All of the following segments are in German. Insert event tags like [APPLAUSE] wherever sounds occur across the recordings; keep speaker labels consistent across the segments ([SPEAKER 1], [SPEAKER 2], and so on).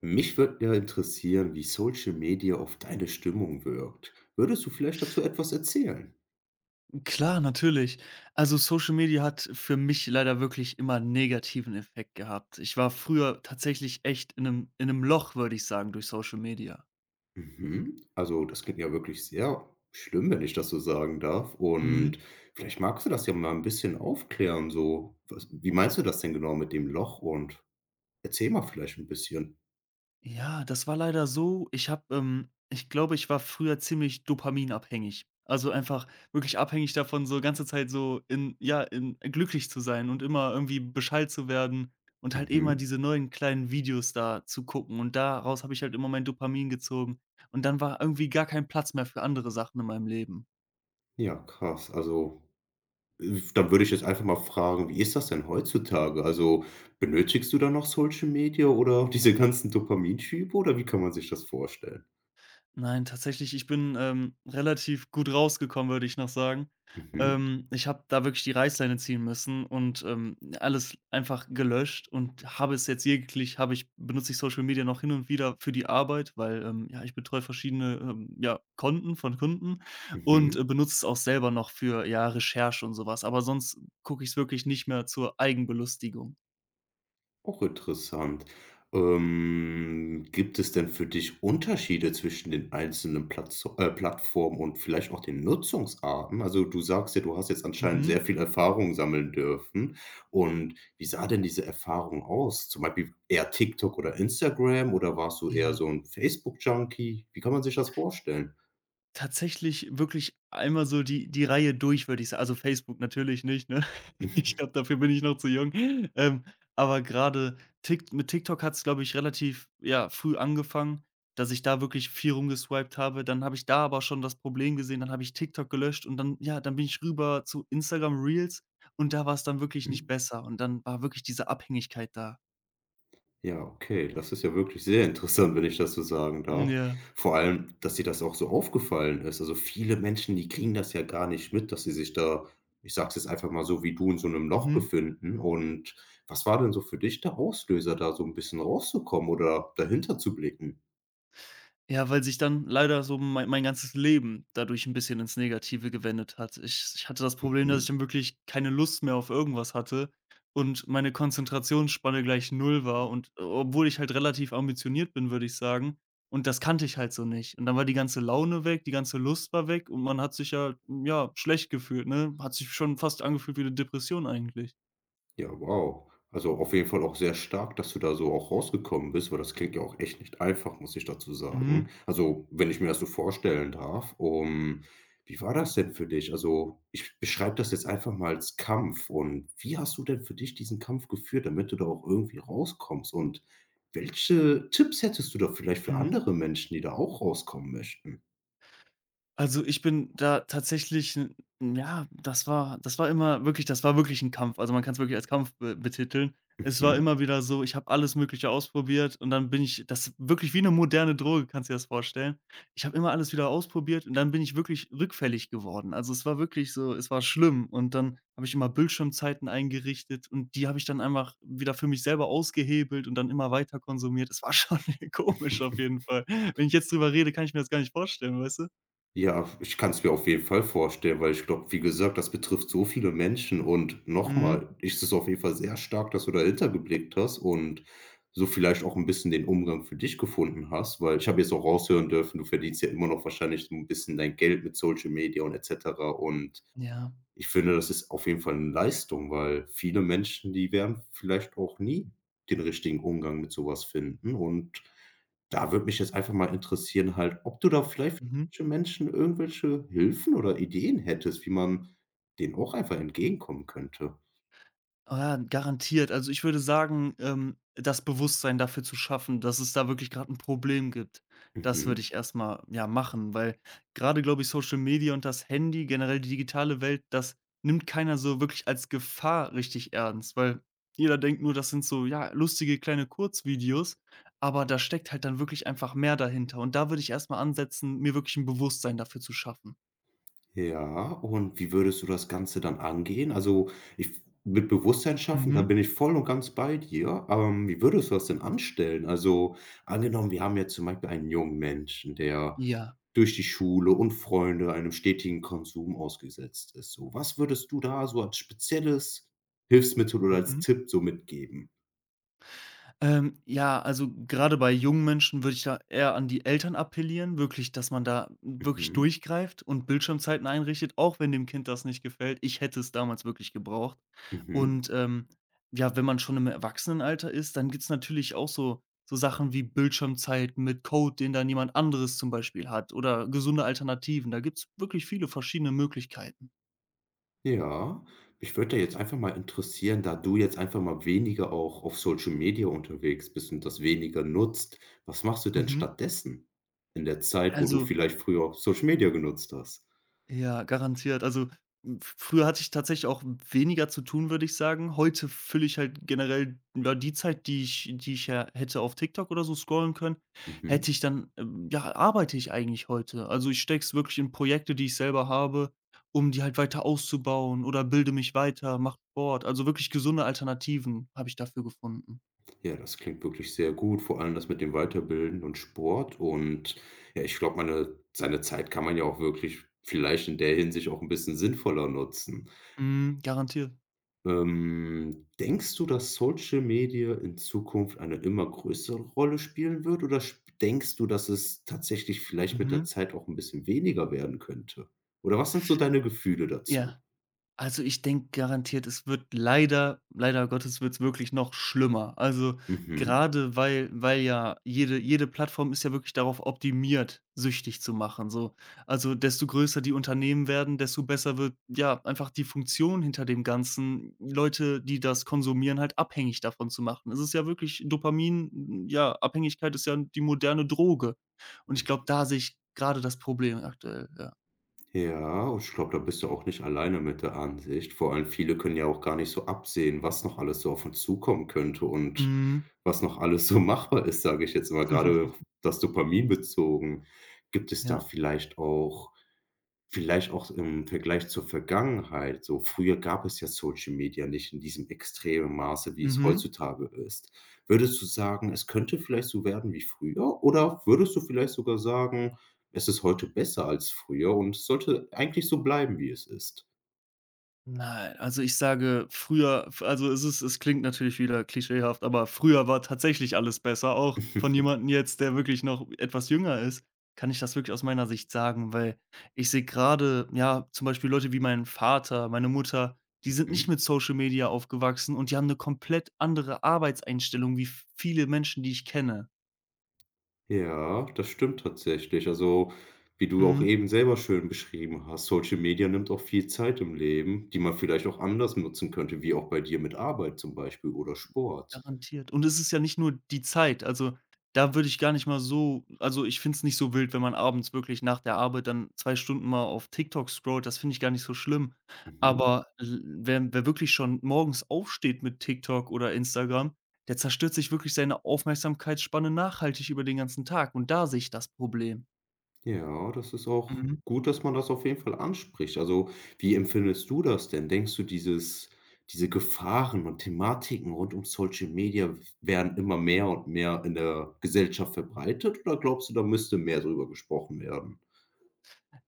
[SPEAKER 1] Mich würde ja interessieren, wie Social Media auf deine Stimmung wirkt. Würdest du vielleicht dazu etwas erzählen?
[SPEAKER 2] Klar, natürlich. Also, Social Media hat für mich leider wirklich immer 'n negativen Effekt gehabt. Ich war früher tatsächlich echt in einem Loch, würde ich sagen, durch Social Media.
[SPEAKER 1] Mhm. Also, das klingt ja wirklich sehr schlimm, wenn ich das so sagen darf.
[SPEAKER 2] Mhm.
[SPEAKER 1] Und vielleicht magst du das ja mal ein bisschen aufklären. So, was, wie meinst du das denn genau mit dem Loch? Und erzähl mal vielleicht ein bisschen.
[SPEAKER 2] Ja, das war leider so, ich habe ich glaube, ich war früher ziemlich dopaminabhängig. Also, einfach wirklich abhängig davon, so ganze Zeit so in ja, in glücklich zu sein und immer irgendwie beschallt zu werden und halt immer
[SPEAKER 1] Mhm.
[SPEAKER 2] diese neuen kleinen Videos da zu gucken. Und daraus habe ich halt immer mein Dopamin gezogen. Und dann war irgendwie gar kein Platz mehr für andere Sachen in meinem Leben.
[SPEAKER 1] Ja, krass. Also, dann würde ich jetzt einfach mal fragen, wie ist das denn heutzutage? Also, benötigst du da noch Social Media oder [LAUGHS] diese ganzen Dopaminschübe oder wie kann man sich das vorstellen?
[SPEAKER 2] Nein, tatsächlich, ich bin, relativ gut rausgekommen, würde ich noch sagen.
[SPEAKER 1] Mhm,
[SPEAKER 2] Ich habe da wirklich die Reißleine ziehen müssen und, alles einfach gelöscht und habe es jetzt jeglich habe ich benutze ich Social Media noch hin und wieder für die Arbeit, weil, ja, ich betreue verschiedene, ja, Konten von Kunden und,
[SPEAKER 1] mhm.
[SPEAKER 2] benutze es auch selber noch für, ja, Recherche und sowas. Aber sonst gucke ich es wirklich nicht mehr zur Eigenbelustigung.
[SPEAKER 1] Auch interessant. Gibt es denn für dich Unterschiede zwischen den einzelnen Platzo Plattformen und vielleicht auch den Nutzungsarten? Also, du sagst ja, du hast jetzt anscheinend
[SPEAKER 2] Mhm.
[SPEAKER 1] sehr viel Erfahrung sammeln dürfen. Und wie sah denn diese Erfahrung aus? Zum Beispiel eher TikTok oder Instagram oder warst du eher
[SPEAKER 2] Ja.
[SPEAKER 1] so ein Facebook-Junkie? Wie kann man sich das vorstellen?
[SPEAKER 2] Tatsächlich wirklich einmal so die Reihe durch, würde ich sagen. Also, Facebook natürlich nicht, ne? [LAUGHS] Ich glaube, dafür bin ich noch zu jung. Ähm, aber gerade TikTok hat es, glaube ich, relativ, ja, früh angefangen, dass ich da wirklich viel rumgeswiped habe. Dann habe ich da aber schon das Problem gesehen, dann habe ich TikTok gelöscht und dann ja, dann bin ich rüber zu Instagram Reels und da war es dann wirklich nicht
[SPEAKER 1] Mhm.
[SPEAKER 2] besser und dann war wirklich diese Abhängigkeit da.
[SPEAKER 1] Ja, okay, das ist ja wirklich sehr interessant, wenn ich das so sagen darf.
[SPEAKER 2] Ja.
[SPEAKER 1] Vor allem, dass dir das auch so aufgefallen ist. Also, viele Menschen, die kriegen das ja gar nicht mit, dass sie sich da, ich sage es jetzt einfach mal so, wie du in so einem Loch
[SPEAKER 2] Mhm.
[SPEAKER 1] befinden. Und was war denn so für dich der Auslöser, da so ein bisschen rauszukommen oder dahinter zu blicken?
[SPEAKER 2] Ja, weil sich dann leider so mein ganzes Leben dadurch ein bisschen ins Negative gewendet hat. Ich hatte das Problem, dass ich
[SPEAKER 1] Mhm.
[SPEAKER 2] dann wirklich keine Lust mehr auf irgendwas hatte und meine Konzentrationsspanne gleich null war und obwohl ich halt relativ ambitioniert bin, würde ich sagen. Und das kannte ich halt so nicht. Und dann war die ganze Laune weg, die ganze Lust war weg und man hat sich ja, schlecht gefühlt, ne? Hat sich schon fast angefühlt wie eine Depression eigentlich.
[SPEAKER 1] Ja, wow. Also, auf jeden Fall auch sehr stark, dass du da so auch rausgekommen bist, weil das klingt ja auch echt nicht einfach, muss ich dazu sagen.
[SPEAKER 2] Mhm,
[SPEAKER 1] Also, wenn ich mir das so vorstellen darf, wie war das denn für dich? Also, ich beschreibe das jetzt einfach mal als Kampf und wie hast du denn für dich diesen Kampf geführt, damit du da auch irgendwie rauskommst und welche Tipps hättest du da vielleicht für
[SPEAKER 2] mhm.
[SPEAKER 1] andere Menschen, die da auch rauskommen möchten?
[SPEAKER 2] Also, ich bin da tatsächlich 'n ja, das war wirklich ein Kampf. Also, man kann es wirklich als Kampf be betiteln. Es war
[SPEAKER 1] Mhm.
[SPEAKER 2] immer wieder so, ich habe alles Mögliche ausprobiert und dann bin ich das wirklich wie eine moderne Droge, kannst du dir das vorstellen. Ich habe immer alles wieder ausprobiert und dann bin ich wirklich rückfällig geworden. Also, es war wirklich so, es war schlimm und dann habe ich immer Bildschirmzeiten eingerichtet und die habe ich dann einfach wieder für mich selber ausgehebelt und dann immer weiter konsumiert. Es war schon [LAUGHS] komisch auf jeden Fall. Wenn ich jetzt drüber rede, kann ich mir das gar nicht vorstellen, weißt du?
[SPEAKER 1] Ja, ich kann es mir auf jeden Fall vorstellen, weil ich glaube, wie gesagt, das betrifft so viele Menschen und
[SPEAKER 2] Mhm.
[SPEAKER 1] nochmal ist es auf jeden Fall sehr stark, dass du dahinter geblickt hast und so vielleicht auch ein bisschen den Umgang für dich gefunden hast, weil ich habe jetzt auch raushören dürfen, du verdienst ja immer noch wahrscheinlich so ein bisschen dein Geld mit Social Media und et cetera und
[SPEAKER 2] Ja.
[SPEAKER 1] ich finde, das ist auf jeden Fall 'ne Leistung, weil viele Menschen, die werden vielleicht auch nie den richtigen Umgang mit so was finden. Und da würde mich jetzt einfach mal interessieren halt, ob du da vielleicht für
[SPEAKER 2] Mhm.
[SPEAKER 1] solche Menschen irgendwelche Hilfen oder Ideen hättest, wie man denen auch einfach entgegenkommen könnte.
[SPEAKER 2] Ah ja, garantiert. Also, ich würde sagen, das Bewusstsein dafür zu schaffen, dass es da wirklich gerade ein Problem gibt. Das würde
[SPEAKER 1] Mhm.
[SPEAKER 2] ich erstmal ja, machen, weil gerade, glaube ich, Social Media und das Handy, generell die digitale Welt, das nimmt keiner so wirklich als Gefahr richtig ernst, weil jeder denkt nur, das sind so, ja, lustige kleine Kurzvideos, aber da steckt halt dann wirklich einfach mehr dahinter. Und da würde ich erstmal ansetzen, mir wirklich ein Bewusstsein dafür zu schaffen.
[SPEAKER 1] Ja, und wie würdest du das Ganze dann angehen? Also, ich mit Bewusstsein schaffen, da
[SPEAKER 2] Mhm.
[SPEAKER 1] bin ich voll und ganz bei dir. Wie würdest du das denn anstellen? Also, angenommen, wir haben jetzt zum Beispiel einen jungen Menschen, der
[SPEAKER 2] Ja.
[SPEAKER 1] durch die Schule und Freunde einem stetigen Konsum ausgesetzt ist so. Was würdest du da so als spezielles Hilfsmittel oder als
[SPEAKER 2] Mhm.
[SPEAKER 1] Tipp so mitgeben?
[SPEAKER 2] Ja, also gerade bei jungen Menschen würde ich da eher an die Eltern appellieren, wirklich, dass man da wirklich
[SPEAKER 1] Mhm,
[SPEAKER 2] durchgreift und Bildschirmzeiten einrichtet, auch wenn dem Kind das nicht gefällt. Ich hätte es damals wirklich gebraucht.
[SPEAKER 1] mhm.
[SPEAKER 2] Und ja, wenn man schon im Erwachsenenalter ist, dann gibt's natürlich auch so, so Sachen wie Bildschirmzeiten mit Code, den dann jemand anderes zum Beispiel hat oder gesunde Alternativen. Da gibt's wirklich viele verschiedene Möglichkeiten.
[SPEAKER 1] Ja, mich würde jetzt einfach mal interessieren, da du jetzt einfach mal weniger auch auf Social Media unterwegs bist und das weniger nutzt, was machst du denn
[SPEAKER 2] Mhm.
[SPEAKER 1] stattdessen in der Zeit, wo du
[SPEAKER 2] Also
[SPEAKER 1] vielleicht früher Social Media genutzt hast?
[SPEAKER 2] Ja, garantiert. Also, f früher hatte ich tatsächlich auch weniger zu tun, würde ich sagen. Heute fülle ich halt generell, ja, die Zeit, die ich ja hätte auf TikTok oder so scrollen können, hätte
[SPEAKER 1] Mhm.
[SPEAKER 2] ich dann ja, arbeite ich eigentlich heute. Also, ich stecke es wirklich in Projekte, die ich selber habe, um die halt weiter auszubauen oder bilde mich weiter, mache Sport. Also, wirklich gesunde Alternativen habe ich dafür gefunden.
[SPEAKER 1] Ja, das klingt wirklich sehr gut, vor allem das mit dem Weiterbilden und Sport. Und ja, ich glaube, meine seine Zeit kann man ja auch wirklich vielleicht in der Hinsicht auch ein bisschen sinnvoller nutzen.
[SPEAKER 2] Mhm, garantiert.
[SPEAKER 1] Denkst du, dass Social Media in Zukunft eine immer größere Rolle spielen wird oder sp denkst du, dass es tatsächlich vielleicht mit der
[SPEAKER 2] Mhm.
[SPEAKER 1] Zeit auch ein bisschen weniger werden könnte? Oder was sind so deine Gefühle dazu?
[SPEAKER 2] Ja. Also, ich denke garantiert, es wird leider Gottes wird's wirklich noch schlimmer. Also,
[SPEAKER 1] Mhm.
[SPEAKER 2] gerade weil ja jede Plattform ist ja wirklich darauf optimiert, süchtig zu machen, so. Also, desto größer die Unternehmen werden, desto besser wird, ja, einfach die Funktion hinter dem Ganzen, Leute, die das konsumieren, halt abhängig davon zu machen. Es ist ja wirklich Dopamin ja, Abhängigkeit ist ja die moderne Droge. Und ich glaube, da sehe ich gerade das Problem aktuell, ja.
[SPEAKER 1] Ja, und ich glaube, da bist du auch nicht alleine mit der Ansicht. Vor allem viele können ja auch gar nicht so absehen, was noch alles so auf uns zukommen könnte und
[SPEAKER 2] Mhm.
[SPEAKER 1] was noch alles so [LAUGHS] machbar ist, sage ich jetzt mal, gerade
[SPEAKER 2] [LAUGHS]
[SPEAKER 1] das Dopamin bezogen. Gibt es da
[SPEAKER 2] Ja.
[SPEAKER 1] vielleicht auch vielleicht auch im Vergleich zur Vergangenheit. So früher gab es ja Social Media nicht in diesem extremen Maße, wie es
[SPEAKER 2] Mhm.
[SPEAKER 1] heutzutage ist. Würdest du sagen, es könnte vielleicht so werden wie früher? Oder würdest du vielleicht sogar sagen, es ist heute besser als früher und es sollte eigentlich so bleiben, wie es ist?
[SPEAKER 2] Nein, also ich sage früher f also es ist, es klingt natürlich wieder klischeehaft, aber früher war tatsächlich alles besser. Auch von
[SPEAKER 1] [LAUGHS]
[SPEAKER 2] jemandem jetzt, der wirklich noch etwas jünger ist, kann ich das wirklich aus meiner Sicht sagen, weil ich sehe gerade, ja, zum Beispiel Leute wie mein Vater, meine Mutter, die sind nicht
[SPEAKER 1] Mhm.
[SPEAKER 2] mit Social Media aufgewachsen und die haben eine komplett andere Arbeitseinstellung wie viele Menschen, die ich kenne.
[SPEAKER 1] Ja, das stimmt tatsächlich. Also, wie du auch
[SPEAKER 2] Mhm.
[SPEAKER 1] eben selber schön beschrieben hast, Social Media nimmt auch viel Zeit im Leben, die man vielleicht auch anders nutzen könnte, wie auch bei dir mit Arbeit zum Beispiel oder Sport.
[SPEAKER 2] Garantiert. Und es ist ja nicht nur die Zeit. Also, da würde ich gar nicht mal so, also, ich finde es nicht so wild, wenn man abends wirklich nach der Arbeit dann 2 Stunden mal auf TikTok scrollt. Das finde ich gar nicht so schlimm.
[SPEAKER 1] Mhm.
[SPEAKER 2] Aber l wer wirklich schon morgens aufsteht mit TikTok oder Instagram, der zerstört sich wirklich seine Aufmerksamkeitsspanne nachhaltig über den ganzen Tag. Und da sehe ich das Problem.
[SPEAKER 1] Ja, das ist auch
[SPEAKER 2] Mhm.
[SPEAKER 1] gut, dass man das auf jeden Fall anspricht. Also, wie empfindest du das denn? Denkst du, diese Gefahren und Thematiken rund um Social Media werden immer mehr und mehr in der Gesellschaft verbreitet oder glaubst du, da müsste mehr drüber gesprochen werden?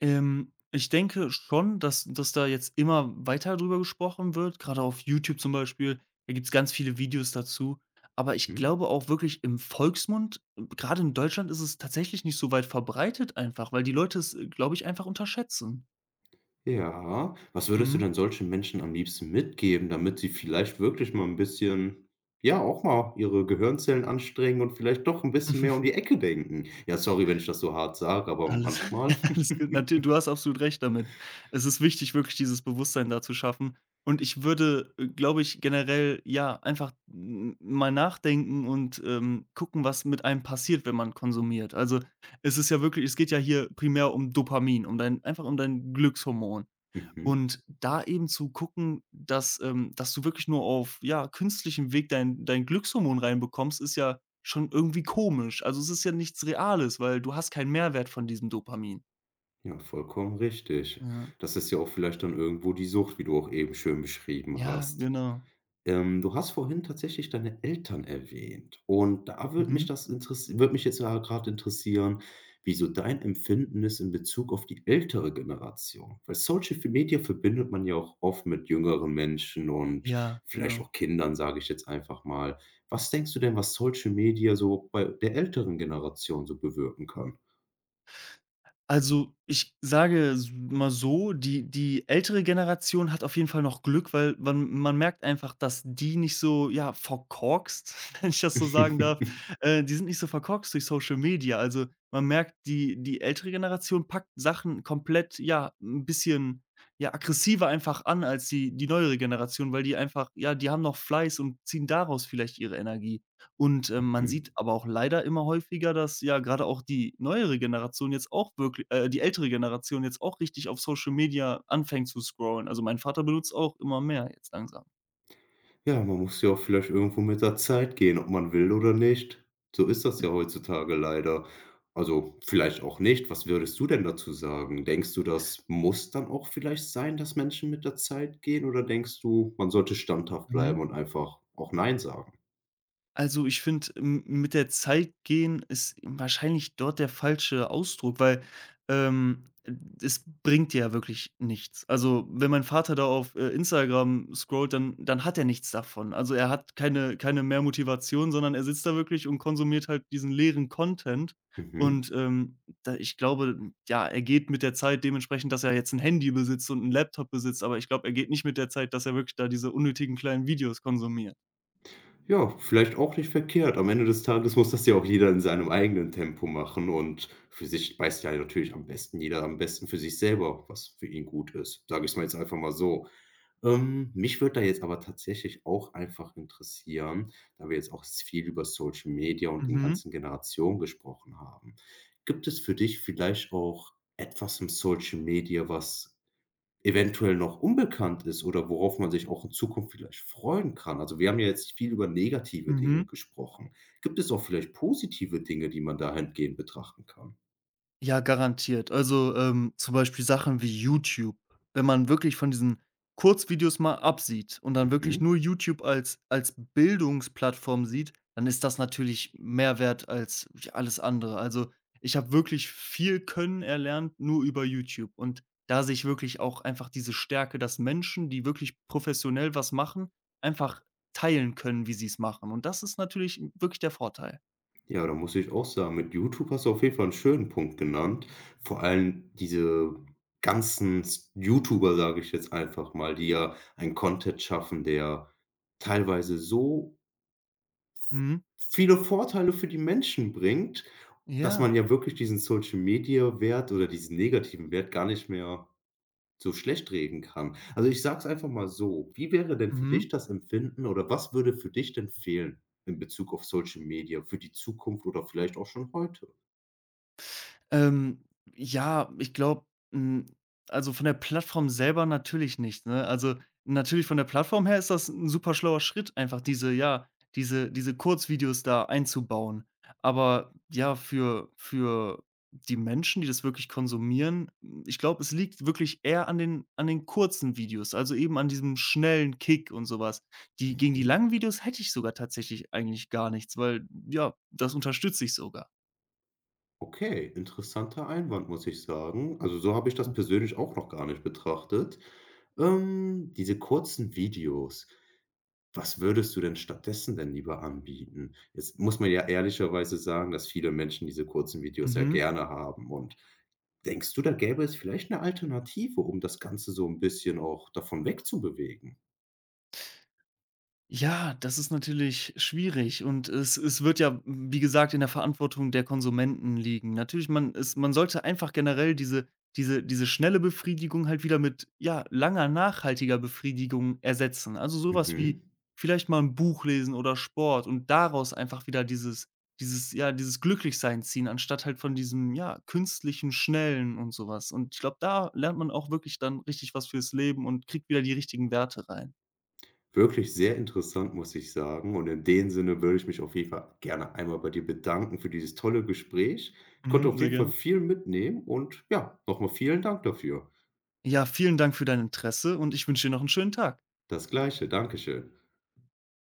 [SPEAKER 2] Ich denke schon, dass da jetzt immer weiter drüber gesprochen wird, gerade auf YouTube zum Beispiel. Da gibt es ganz viele Videos dazu. Aber ich
[SPEAKER 1] Mhm.
[SPEAKER 2] glaube auch wirklich im Volksmund, gerade in Deutschland ist es tatsächlich nicht so weit verbreitet einfach, weil die Leute es, glaube ich, einfach unterschätzen.
[SPEAKER 1] Ja. Was würdest du
[SPEAKER 2] Mhm.
[SPEAKER 1] denn solchen Menschen am liebsten mitgeben, damit sie vielleicht wirklich mal ein bisschen ja, auch mal ihre Gehirnzellen anstrengen und vielleicht doch ein bisschen mehr um die
[SPEAKER 2] [LAUGHS]
[SPEAKER 1] Ecke denken? Ja, sorry, wenn ich das so hart sage, aber
[SPEAKER 2] Alles
[SPEAKER 1] manchmal…
[SPEAKER 2] [LAUGHS] alles gut. Natür du hast absolut recht damit. Es ist wichtig, wirklich dieses Bewusstsein da zu schaffen. Und ich würde, glaube ich, generell, ja, einfach m mal nachdenken und, gucken, was mit einem passiert, wenn man konsumiert. Also, es ist ja wirklich, es geht ja hier primär um Dopamin, um dein einfach um dein Glückshormon.
[SPEAKER 1] Mhm.
[SPEAKER 2] Und da eben zu gucken, dass dass du wirklich nur auf, ja, künstlichem Weg dein Glückshormon reinbekommst, ist ja schon irgendwie komisch. Also, es ist ja nichts Reales, weil du hast keinen Mehrwert von diesem Dopamin.
[SPEAKER 1] Ja, vollkommen richtig.
[SPEAKER 2] Ja.
[SPEAKER 1] Das ist ja auch vielleicht dann irgendwo die Sucht, wie du auch eben schön beschrieben
[SPEAKER 2] Ja,
[SPEAKER 1] hast.
[SPEAKER 2] genau.
[SPEAKER 1] Du hast vorhin tatsächlich deine Eltern erwähnt und da würde
[SPEAKER 2] Mhm.
[SPEAKER 1] mich das interess würde mich jetzt ja grad interessieren, wieso dein Empfinden ist in Bezug auf die ältere Generation. Weil Social Media verbindet man ja auch oft mit jüngeren Menschen und
[SPEAKER 2] Ja,
[SPEAKER 1] vielleicht
[SPEAKER 2] genau.
[SPEAKER 1] auch Kindern, sage ich jetzt einfach mal. Was denkst du denn, was Social Media so bei der älteren Generation so bewirken kann?
[SPEAKER 2] Also, ich sage s mal so, die ältere Generation hat auf jeden Fall noch Glück, weil man merkt einfach, dass die nicht so, ja, verkorkst, [LAUGHS] wenn ich das so sagen darf,
[SPEAKER 1] [LAUGHS]
[SPEAKER 2] die sind nicht so verkorkst durch Social Media. Also, man merkt, die ältere Generation packt Sachen komplett, ja, ein bisschen, ja, aggressiver einfach an als die neuere Generation, weil die einfach ja, die haben noch Fleiß und ziehen daraus vielleicht ihre Energie. Und, man
[SPEAKER 1] Mhm.
[SPEAKER 2] sieht aber auch leider immer häufiger, dass ja gerade auch die neuere Generation jetzt auch wirklich, die ältere Generation jetzt auch richtig auf Social Media anfängt zu scrollen. Also, mein Vater benutzt auch immer mehr jetzt langsam.
[SPEAKER 1] Ja, man muss ja auch vielleicht irgendwo mit der Zeit gehen, ob man will oder nicht. So ist das ja heutzutage leider. Also, vielleicht auch nicht. Was würdest du denn dazu sagen? Denkst du, das muss dann auch vielleicht sein, dass Menschen mit der Zeit gehen? Oder denkst du, man sollte standhaft
[SPEAKER 2] Mhm.
[SPEAKER 1] bleiben und einfach auch nein sagen?
[SPEAKER 2] Also, ich finde, mit der Zeit gehen ist wahrscheinlich dort der falsche Ausdruck, weil, ähm, es bringt dir ja wirklich nichts. Also, wenn mein Vater da auf, Instagram scrollt, dann hat er nichts davon. Also, er hat keine mehr Motivation, sondern er sitzt da wirklich und konsumiert halt diesen leeren Content und,
[SPEAKER 1] Mhm.
[SPEAKER 2] da ich glaube, ja, er geht mit der Zeit dementsprechend, dass er jetzt ein Handy besitzt und einen Laptop besitzt, aber ich glaube, er geht nicht mit der Zeit, dass er wirklich da diese unnötigen kleinen Videos konsumiert.
[SPEAKER 1] Ja, vielleicht auch nicht verkehrt. Am Ende des Tages muss das ja auch jeder in seinem eigenen Tempo machen und für sich weiß ja natürlich am besten jeder am besten für sich selber, was für ihn gut ist. Sage ich's mal jetzt einfach mal so. Mich würde da jetzt aber tatsächlich auch einfach interessieren, da wir jetzt auch viel über Social Media und den
[SPEAKER 2] Mhm,
[SPEAKER 1] ganzen Generationen gesprochen haben. Gibt es für dich vielleicht auch etwas im Social Media, was eventuell noch unbekannt ist oder worauf man sich auch in Zukunft vielleicht freuen kann? Also, wir haben ja jetzt viel über negative Dinge
[SPEAKER 2] mhm.
[SPEAKER 1] gesprochen. Gibt es auch vielleicht positive Dinge, die man dahingehend betrachten kann?
[SPEAKER 2] Ja, garantiert. Also, zum Beispiel Sachen wie YouTube. Wenn man wirklich von diesen Kurzvideos mal absieht und dann wirklich
[SPEAKER 1] Mhm.
[SPEAKER 2] nur YouTube als Bildungsplattform sieht, dann ist das natürlich mehr wert als j alles andere. Also, ich habe wirklich viel Können erlernt nur über YouTube und da sehe ich wirklich auch einfach diese Stärke, dass Menschen, die wirklich professionell was machen, einfach teilen können, wie sie es machen. Und das ist natürlich wirklich der Vorteil.
[SPEAKER 1] Ja, da muss ich auch sagen, mit YouTube hast du auf jeden Fall einen schönen Punkt genannt. Vor allem diese ganzen s YouTuber, sage ich jetzt einfach mal, die ja einen Content schaffen, der teilweise so
[SPEAKER 2] Mhm.
[SPEAKER 1] viele Vorteile für die Menschen bringt, dass
[SPEAKER 2] Ja.
[SPEAKER 1] man ja wirklich diesen Social-Media-Wert oder diesen negativen Wert gar nicht mehr so schlecht reden kann. Also, ich sage es einfach mal so: Wie wäre denn für
[SPEAKER 2] Mhm.
[SPEAKER 1] dich das Empfinden oder was würde für dich denn fehlen in Bezug auf Social Media für die Zukunft oder vielleicht auch schon heute?
[SPEAKER 2] Ähm, ja, ich glaube, hm, also von der Plattform selber natürlich nicht, ne? Also, natürlich von der Plattform her ist das ein super schlauer Schritt, einfach diese ja, diese Kurzvideos da einzubauen. Aber ja, für die Menschen, die das wirklich konsumieren, ich glaube, es liegt wirklich eher an den kurzen Videos, also eben an diesem schnellen Kick und sowas. Die gegen die
[SPEAKER 1] Mhm.
[SPEAKER 2] langen Videos hätte ich sogar tatsächlich eigentlich gar nichts, weil ja, das unterstütze ich sogar.
[SPEAKER 1] Okay, interessanter Einwand, muss ich sagen. Also, so habe ich das persönlich auch noch gar nicht betrachtet. Diese kurzen Videos. Was würdest du denn stattdessen denn lieber anbieten? Jetzt muss man ja ehrlicherweise sagen, dass viele Menschen diese kurzen Videos ja
[SPEAKER 2] Mhm.
[SPEAKER 1] gerne haben und denkst du, da gäbe es vielleicht eine Alternative, um das Ganze so 'n bisschen auch davon wegzubewegen?
[SPEAKER 2] Ja, das ist natürlich schwierig und es wird ja, wie gesagt, in der Verantwortung der Konsumenten liegen. Natürlich, man sollte einfach generell diese schnelle Befriedigung halt wieder mit, ja, langer, nachhaltiger Befriedigung ersetzen. Also, sowas wie
[SPEAKER 1] Mhm.
[SPEAKER 2] vielleicht mal ein Buch lesen oder Sport und daraus einfach wieder dieses ja, dieses Glücklichsein ziehen, anstatt halt von diesem, ja, künstlichen, schnellen und sowas. Und ich glaube, da lernt man auch wirklich dann richtig was fürs Leben und kriegt wieder die richtigen Werte rein.
[SPEAKER 1] Wirklich sehr interessant, muss ich sagen und in dem Sinne würde ich mich auf jeden Fall gerne einmal bei dir bedanken für dieses tolle Gespräch. Ich konnte
[SPEAKER 2] Mhm,
[SPEAKER 1] auf
[SPEAKER 2] sehr
[SPEAKER 1] jeden Fall
[SPEAKER 2] gerne.
[SPEAKER 1] viel mitnehmen und ja, noch mal vielen Dank dafür.
[SPEAKER 2] Ja, vielen Dank für dein Interesse und ich wünsche dir noch einen schönen Tag.
[SPEAKER 1] Das Gleiche, danke schön.